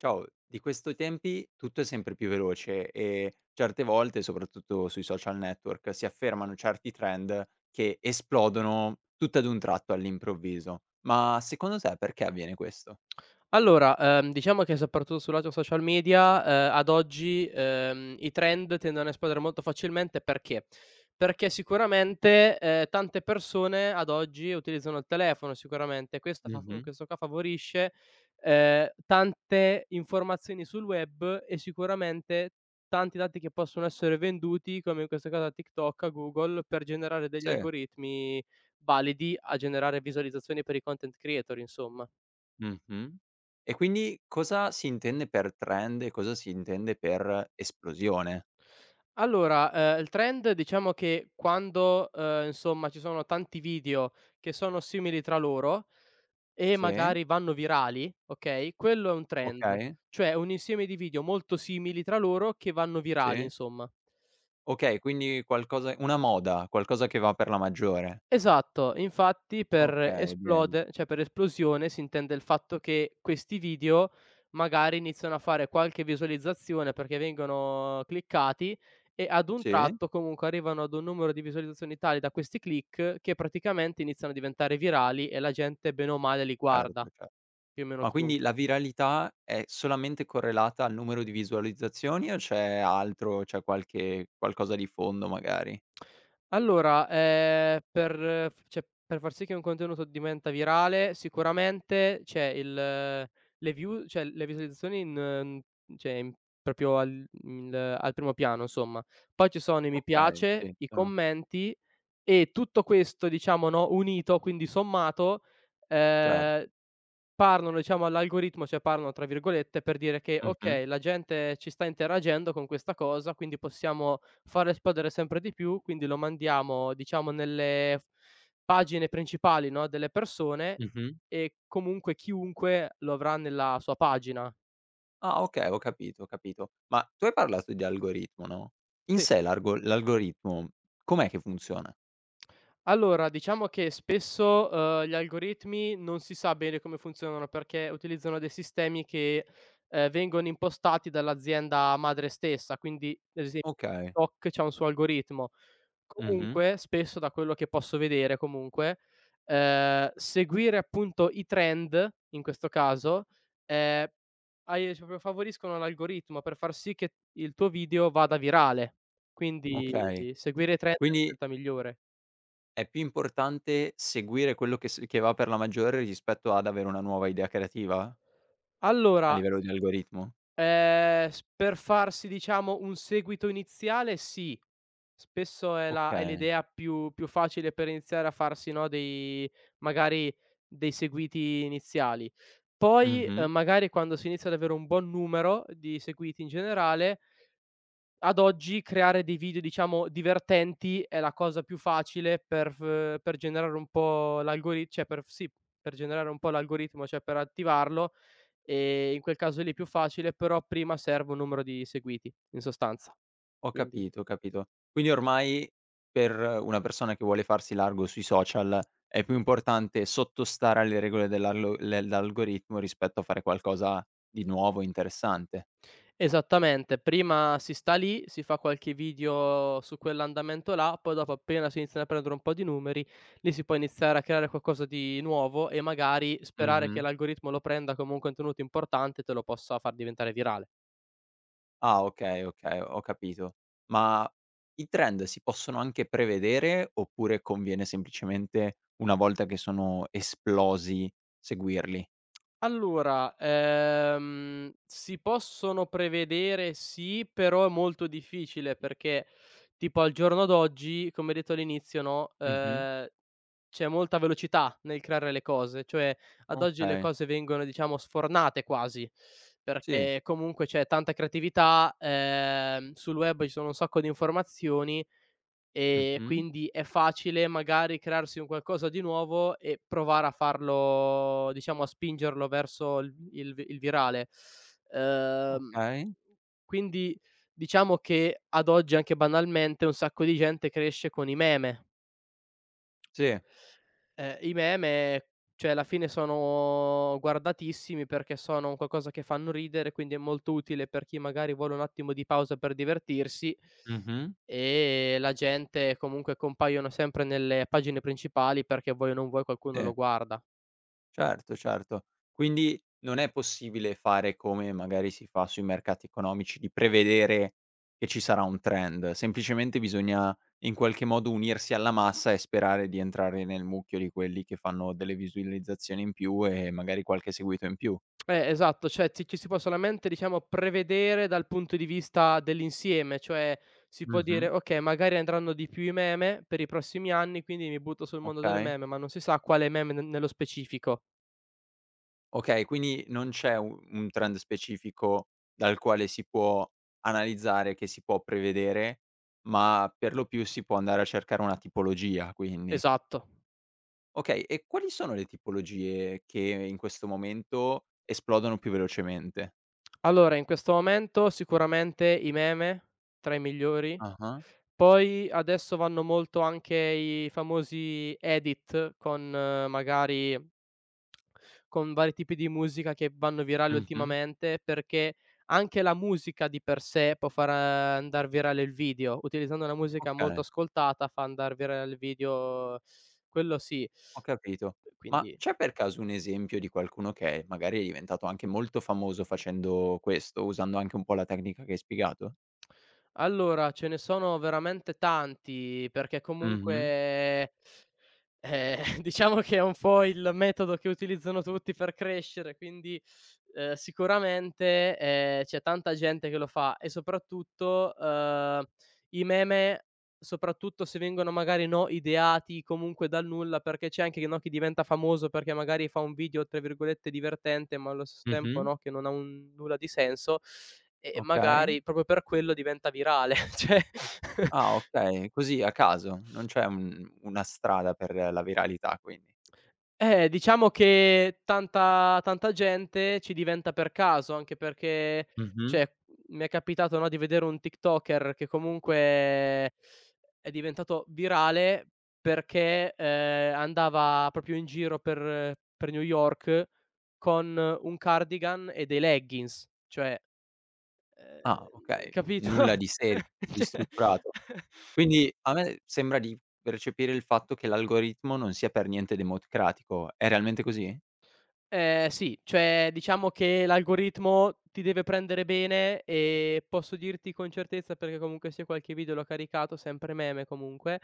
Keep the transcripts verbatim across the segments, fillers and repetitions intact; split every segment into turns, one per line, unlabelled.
Ciao, di questi tempi tutto è sempre più veloce e certe volte, soprattutto sui social network, si affermano certi trend che esplodono tutt'ad un tratto all'improvviso. Ma secondo te perché avviene questo?
Allora, ehm, diciamo che soprattutto sul lato social media, ehm, ad oggi, ehm, i trend tendono a esplodere molto facilmente perché? Perché sicuramente, ehm, tante persone ad oggi utilizzano il telefono sicuramente, questo fa f
Mh-mh.
questo qua favorisce, ehm, tante informazioni sul web e sicuramente tanti dati che possono essere venduti, come in questo caso a TikTok, a Google, per generare degli
Sì.
algoritmi validi a generare visualizzazioni per i content creator, insomma.
Mh-mh. E quindi cosa si intende per trend e cosa si intende per esplosione?
Allora, ehm, il trend diciamo che quando, ehm, insomma ci sono tanti video che sono simili tra loro e
Sì,
magari vanno virali, okay, quello è un trend,
okay,
cioè un insieme di video molto simili tra loro che vanno virali,
sì.
insomma.
Okay, quindi qualcosa una moda, qualcosa che va per la maggiore.
Esatto, infatti per
Okay, bene.
esplode cioè per esplosione si intende il fatto che questi video magari iniziano a fare qualche visualizzazione perché vengono cliccati e ad un
Sì,
tratto comunque arrivano ad un numero di visualizzazioni tali da questi click che praticamente iniziano a diventare virali e la gente bene o male li
certo,
guarda,
cer
più o meno
Ma quindi
chiunque.
la viralità è solamente correlata al numero di visualizzazioni o c'è altro, c'è qualche qualcosa di fondo magari?
Allora, ehm, per eh, f cioè, per far sì che un contenuto diventa virale sicuramente c'è il eh, le view cioè le visualizzazioni in mhmm, cioè in proprio al il al primo piano insomma. Poi ci sono i mi
Okay,
piace,
sì,
i
sono
commenti e tutto questo diciamo, no, unito, quindi sommato.
cer
ehm Parlano diciamo all'algoritmo, cioè parlano tra virgolette per dire che:
mh-mh,
"Okay, la gente ci sta interagendo con questa cosa, quindi possiamo farlo esplodere sempre di più, quindi lo mandiamo diciamo nelle f pagine principali, no, delle persone
mh-mh.
e comunque chiunque lo avrà nella sua pagina."
Ah, okay, ho capito, ho capito. Ma tu hai parlato di algoritmo, no, in
Sì.
sé l'argo l'algoritmo com'è che funziona?
Allora, diciamo che spesso, uhm, gli algoritmi non si sa bene come funzionano, perché utilizzano dei sistemi che, ehm, vengono impostati dall'azienda madre stessa, quindi ad esempio
Okay,
TikTok c'ha un suo algoritmo.
mh-mh,
Comunque, spesso da quello che posso vedere comunque, ehm, seguire appunto i trend, in questo caso, ehm, ai cioè proprio favoriscono l'algoritmo per far sì che il tuo video vada virale. Quindi
okay.
seguire i trend è la
Quindi
scelta migliore.
è più importante seguire quello che s che va per la maggiore rispetto ad avere una nuova idea creativa? A
Allora,
livello di algoritmo?
Ehm, s per farsi diciamo un seguito iniziale sì. Spesso è la è
Okay,
l'idea più più facile per iniziare a farsi, no, dei magari dei seguiti iniziali. Poi,
mh-mh.
ehm, magari quando si inizia ad avere un buon numero di seguiti in generale, ad oggi creare dei video diciamo divertenti è la cosa più facile per f per generare un po' l'algori cioè per f sì, per generare un po' l'algoritmo, cioè per attivarlo. Ehm, in quel caso lì è più facile, però prima serve un numero di seguiti, in sostanza.
Ho
Quindi
capito, ho capito. Quindi ormai per una persona che vuole farsi largo sui social è più importante sottostare alle regole dell'allo dell'algoritmo rispetto a fare qualcosa di nuovo, interessante.
esattamente, prima si sta lì, si fa qualche video su quell'andamento là, poi dopo appena si iniziano a prendere un po' di numeri, lì si può iniziare a creare qualcosa di nuovo e magari sperare
Mh-mh.
che l'algoritmo lo prenda come un contenuto importante e te lo possa far diventare virale.
Ah, okay, okay, ho capito. Ma i trend si possono anche prevedere oppure conviene semplicemente una volta che sono esplosi seguirli?
Allora, ehm, si possono prevedere sì, però è molto difficile perché tipo al giorno d'oggi, come detto all'inizio, no,
Mh-mh.
ehm, c'è molta velocità nel creare le cose, cioè ad oggi le
Okay,
cose vengono diciamo sfornate quasi,
sì.
perché comunque c'è tanta creatività, ehm, sul web ci sono un sacco di informazioni. Ehm,
Mh-mh.
quindi è facile magari crearsi un qualcosa di nuovo e provare a farlo diciamo a spingerlo verso il il vi il virale. Uhm,
Okay,
quindi diciamo che ad oggi, anche banalmente, un sacco di gente cresce con i meme.
sì.
Ehm, I meme, cioè alla fine sono guardatissimi perché sono un qualcosa che fanno ridere, quindi è molto utile per chi magari vuole un attimo di pausa per divertirsi,
Mh-mh.
e la gente comunque compaiono sempre nelle pagine principali perché vuoi o non vuoi qualcuno
Sì.
lo guarda.
Certo, certo. Quindi non è possibile fare come magari si fa sui mercati economici, di prevedere che ci sarà un trend, semplicemente bisogna in qualche modo unirsi alla massa e sperare di entrare nel mucchio di quelli che fanno delle visualizzazioni in più e magari qualche seguito in più.
Eh, esatto, cioè ci ci si può solamente diciamo prevedere dal punto di vista dell'insieme, cioè si può dire:
Mh-mh.
"Okay, magari andranno di più i meme per i prossimi anni, quindi mi butto sul mondo del
Okay.
meme", ma non si sa quale meme ne nello specifico.
Okay, quindi non c'è u un trend specifico dal quale si può analizzare, che si può prevedere, ma per lo più si può andare a cercare una tipologia, quindi.
Esatto.
Okay, e quali sono le tipologie che in questo momento esplodono più velocemente?
Allora, in questo momento sicuramente i meme, tra i migliori.
Ah-ah.
Poi adesso vanno molto anche i famosi edit con eh, magari con vari tipi di musica che vanno virali
Mh-mh.
ultimamente, perché anche la musica di per sé può far eh, andar virale il video. Utilizzando una musica molto
Okay,
ascoltata fa andar virale il video, quello sì.
ho capito. Ma
Quindi
c'è per caso un esempio di qualcuno che magari è diventato anche molto famoso facendo questo, usando anche un po' la tecnica che hai spiegato?
allora, ce ne sono veramente tanti, perché
Mh-mh.
comunque Ehm, diciamo che è un po' il metodo che utilizzano tutti per crescere, quindi, ehm, sicuramente, ehm, c'è tanta gente che lo fa e soprattutto, uhm, i meme, soprattutto se vengono magari, no, ideati comunque dal nulla, perché c'è anche, no, chi diventa famoso perché magari fa un video, tra virgolette, "divertente", ma allo stesso tempo,
Mh-mh.
no, che non ha un nulla di senso e
Okay.
magari proprio per quello diventa virale, cioè.
Ah, okay, così a caso, non c'è un una strada per la viralità quindi.
Eh, diciamo che tanta tanta gente ci diventa per caso, anche perché
Mh-mh.
cioè, mi è capitato, no, di vedere un TikToker che comunque è diventato virale perché, ehm, andava proprio in giro per per New York con un cardigan e dei leggings, cioè,
Ah,
ehm,
okay.
capito?
Nulla di serio, di
Cioè.
strutturato. Quindi a me sembra di percepire il fatto che l'algoritmo non sia per niente democratico. È realmente così?
Ehm, sì, cioè diciamo che l'algoritmo ti deve prendere bene e posso dirti con certezza, perché comunque sia qualche video l'ho caricato, sempre meme comunque,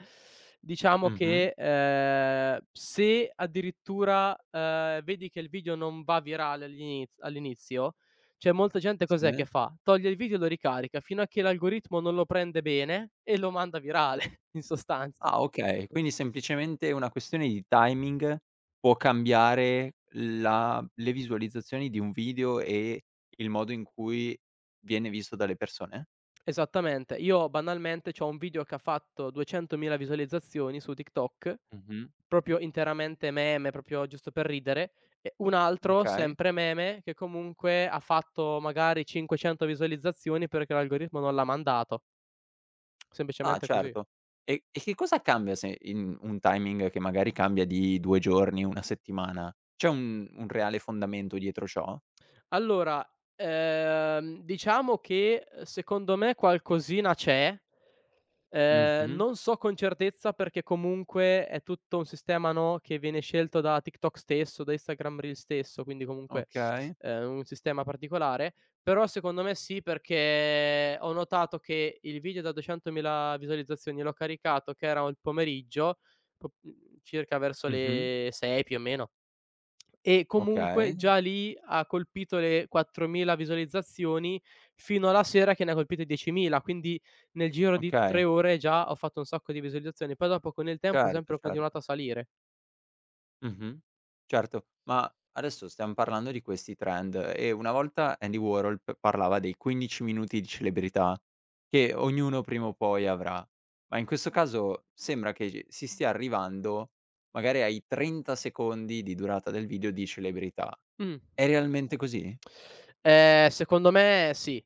diciamo
Mh-mh.
che, ehm, se addirittura, ehm, vedi che il video non va virale all'iniz all'inizio, c'è molta gente cos'è
Sì?
che fa? Toglie il video e lo ricarica fino a che l'algoritmo non lo prende bene e lo manda virale in sostanza.
Ah, okay. Quindi semplicemente una questione di timing può cambiare la le visualizzazioni di un video e il modo in cui viene visto dalle persone?
Esattamente. Io banalmente c'ho un video che ha fatto duecentomila visualizzazioni su TikTok,
Mh-mh.
proprio interamente meme, proprio giusto per ridere, e un altro
Okay.
sempre meme che comunque ha fatto magari cinquecento visualizzazioni perché l'algoritmo non l'ha mandato.
Ah,
Semplicemente così.
certo. E e che cosa cambia se in un timing che magari cambia di due giorni, una settimana? C'è un un reale fondamento dietro ciò?
Allora, ehm, diciamo che, ehm, secondo me qualcosina c'è. Ehm,
Mh-mh.
non so con certezza perché comunque è tutto un sistema, no, che viene scelto da TikTok stesso, da Instagram Reel stesso, quindi comunque,
Okay.
ehm, un sistema particolare, però secondo me sì, perché ho notato che il video da duecentomila visualizzazioni l'ho caricato che era il pomeriggio, po mhmm, circa verso
Mh-mh.
le sei più o meno, e
Okay,
comunque già lì ha colpito le quattromila visualizzazioni fino alla sera che ne ha colpite diecimila, quindi nel giro di tre
okay.
ore già ho fatto un sacco di visualizzazioni. Poi dopo con il tempo
Certo,
sempre ho
certo.
continuato a salire.
Mh-mh. Certo, ma adesso stiam parlando di questi trend e una volta Andy Warhol p parlava dei quindici minuti di celebrità che ognuno prima o poi avrà, ma in questo caso sembra che ci si stia arrivando magari ai trenta secondi di durata del video di celebrità.
Mh.
È realmente così?
Ehm, secondo me sì.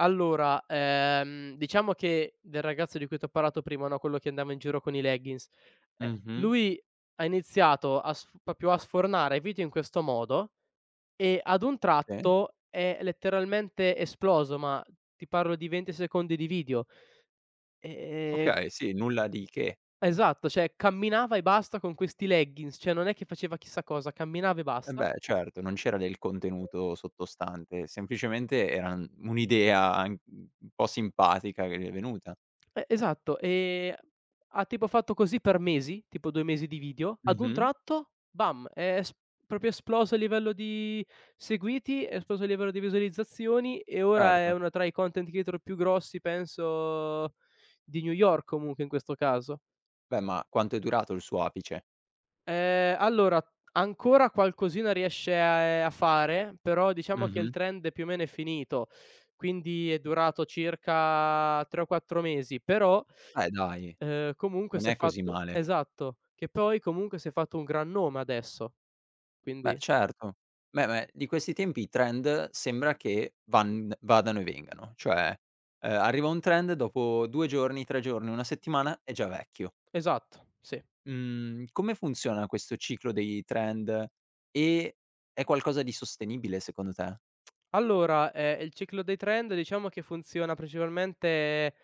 Allora, ehm, diciamo che del ragazzo di cui t'ho parlato prima, no, quello che andava in giro con i leggings, ehm,
Mh-mh.
lui ha iniziato a sf proprio a sfornare video in questo modo. E ad un
Sì?
tratto è letteralmente esploso, ma ti parlo di venti secondi di video. Ehm
Okay, sì, nulla di che.
esatto, cioè camminava e basta con questi leggings, cioè non è che faceva chissà cosa, camminava e
Eh
basta.
beh, certo, non c'era del contenuto sottostante, semplicemente era n un'idea an mhmm, un po' simpatica che gli è venuta.
E esatto, ehm, ha tipo fatto così per mesi, tipo due mesi di video, ad un
Mh-mh,
tratto bam, è es proprio esploso a livello di seguiti, è esploso a livello di visualizzazioni e ora è
certo.
uno tra i content creator più grossi penso di New York comunque in questo caso.
Beh, ma quanto è durato il suo apice?
Ehm, allora ancora qualcosina riesce, ehm, a fare, però diciamo che il
Mh-mh.
trend più o meno è finito, quindi è durato circa tre o quattro mesi, però,
Beh, dai,
ehm, comunque
non
s'è
è così
fatto
male.
esatto, che poi comunque si è fatto un gran nome adesso,
Beh,
quindi
certo. Beh, ma di questi tempi i trend sembra che van vadano e vengano, cioè, ehm, arriva un trend, dopo due giorni, tre giorni, una settimana è già vecchio.
esatto, sì.
Mhmm, come funziona questo ciclo dei trend? E è qualcosa di sostenibile secondo te?
Allora, ehm, il ciclo dei trend diciamo che funziona principalmente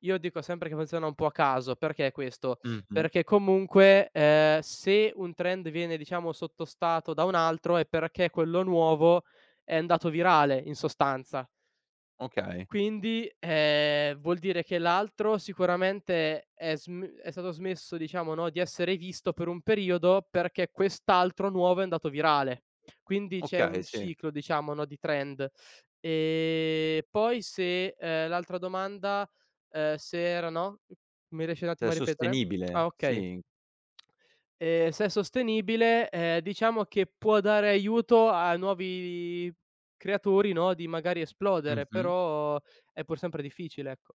io dico sempre che funziona un po' a caso, perché questo?
Mh-mh,
Perché comunque, ehm, se un trend viene diciamo sottostato da un altro è perché quello nuovo è andato virale in sostanza.
okay,
Quindi, ehm, vuol dire che l'altro sicuramente è sm è stato smesso, diciamo, no, di essere visto per un periodo perché quest'altro nuovo è andato virale. Quindi c'è
okay,
un
sì.
ciclo, diciamo, no, di trend. Ehm, poi se ehm, l'altra domanda, ehm, se era no, mi riesci un
Cioè
attimo a ripetere? Ah
sostenibile,
okay.
sì.
Ehm, se è sostenibile, ehm, diciamo che può dare aiuto a nuovi creatori, no, di magari esplodere,
Mh-mh.
però è pur sempre difficile, ecco.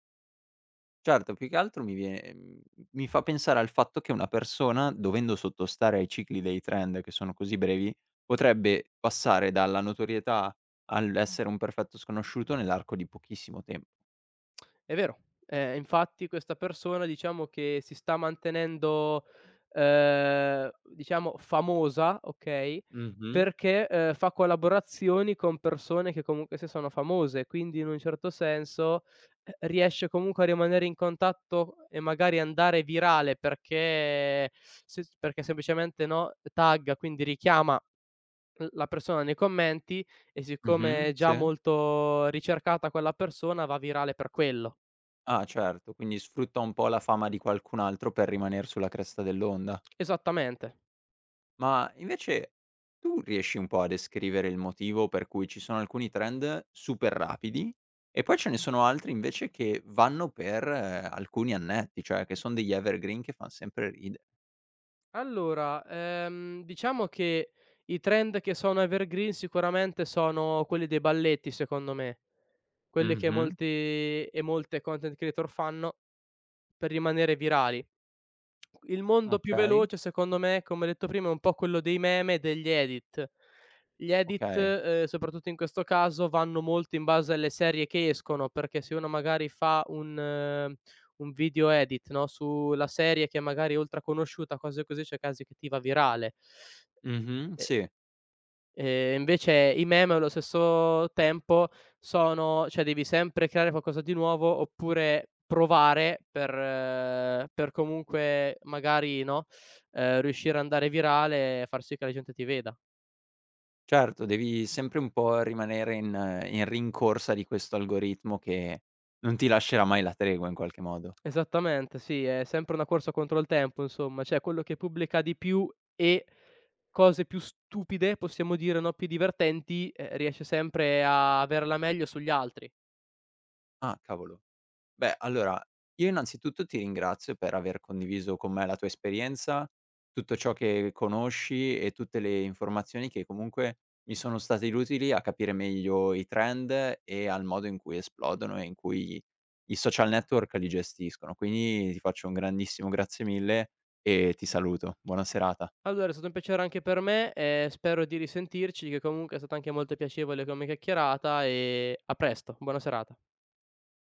Certo, più che altro mi vie ehm, mi fa pensare al fatto che una persona, dovendo sottostare ai cicli dei trend che sono così brevi, potrebbe passare dalla notorietà all'essere un perfetto sconosciuto nell'arco di pochissimo tempo.
È vero. Ehm, infatti questa persona diciamo che si sta mantenendo, ehm, diciamo famosa, okay,
Mh-mh,
perché, ehm, fa collaborazioni con persone che comunque sia sono famose, quindi in un certo senso, eh, riesce comunque a rimanere in contatto e magari andare virale perché se s perché semplicemente, no, tagga, quindi richiama l la persona nei commenti e
mh-mh,
siccome è già
sì.
molto ricercata quella persona va virale per quello.
Ah, certo, quindi sfrutta un po' la fama di qualcun altro per rimaner sulla cresta dell'onda.
Esattamente.
Ma invece tu riesci un po' a descrivere il motivo per cui ci sono alcuni trend super rapidi e poi ce ne sono altri invece che vanno per eh, alcuni annetti, cioè che sono degli evergreen che fanno sempre ridere.
Allora, ehm, diciamo che i trend che sono evergreen sicuramente sono quelli dei balletti, secondo me, quelli che
Mh-mh,
molti e molte content creator fanno per rimanere virali. Il mondo più
okay,
veloce secondo me, come ho detto prima, è un po' quello dei meme e degli edit. Gli edit,
okay.
ehm, soprattutto in questo caso, vanno molto in base alle serie che escono, perché se uno magari fa un eh, un video edit, no, sulla serie che magari è ultra conosciuta, cose così, c'è casi che ti va virale.
Mh-mh,
E
sì.
Ehm, invece i meme allo stesso tempo sono cioè devi sempre creare qualcosa di nuovo oppure provare per eh, per comunque magari, no, ehm, riuscire ad andare virale e far sì che la gente ti veda.
Certo, devi sempre un po' rimanere in eh, in rincorsa di questo algoritmo che non ti lascerà mai la tregua in qualche modo.
Esattamente, sì, è sempre una corsa contro il tempo insomma, cioè quello che pubblica di più e cose più stupide, possiamo dire, no, più divertenti, ehm, riesce sempre a averla meglio sugli altri.
Ah, cavolo. Beh, allora, io innanzitutto ti ringrazio per aver condiviso con me la tua esperienza, tutto ciò che conosci e tutte le informazioni che comunque mi sono state utili a capire meglio i trend e al modo in cui esplodono e in cui i social network li gestiscono. Quindi ti faccio un grandissimo grazie mille e ti saluto. Buona serata.
Allora è stato un piacere anche per me e spero di risentirci, che comunque è stata anche molto piacevole come chiacchierata e a presto, buona serata.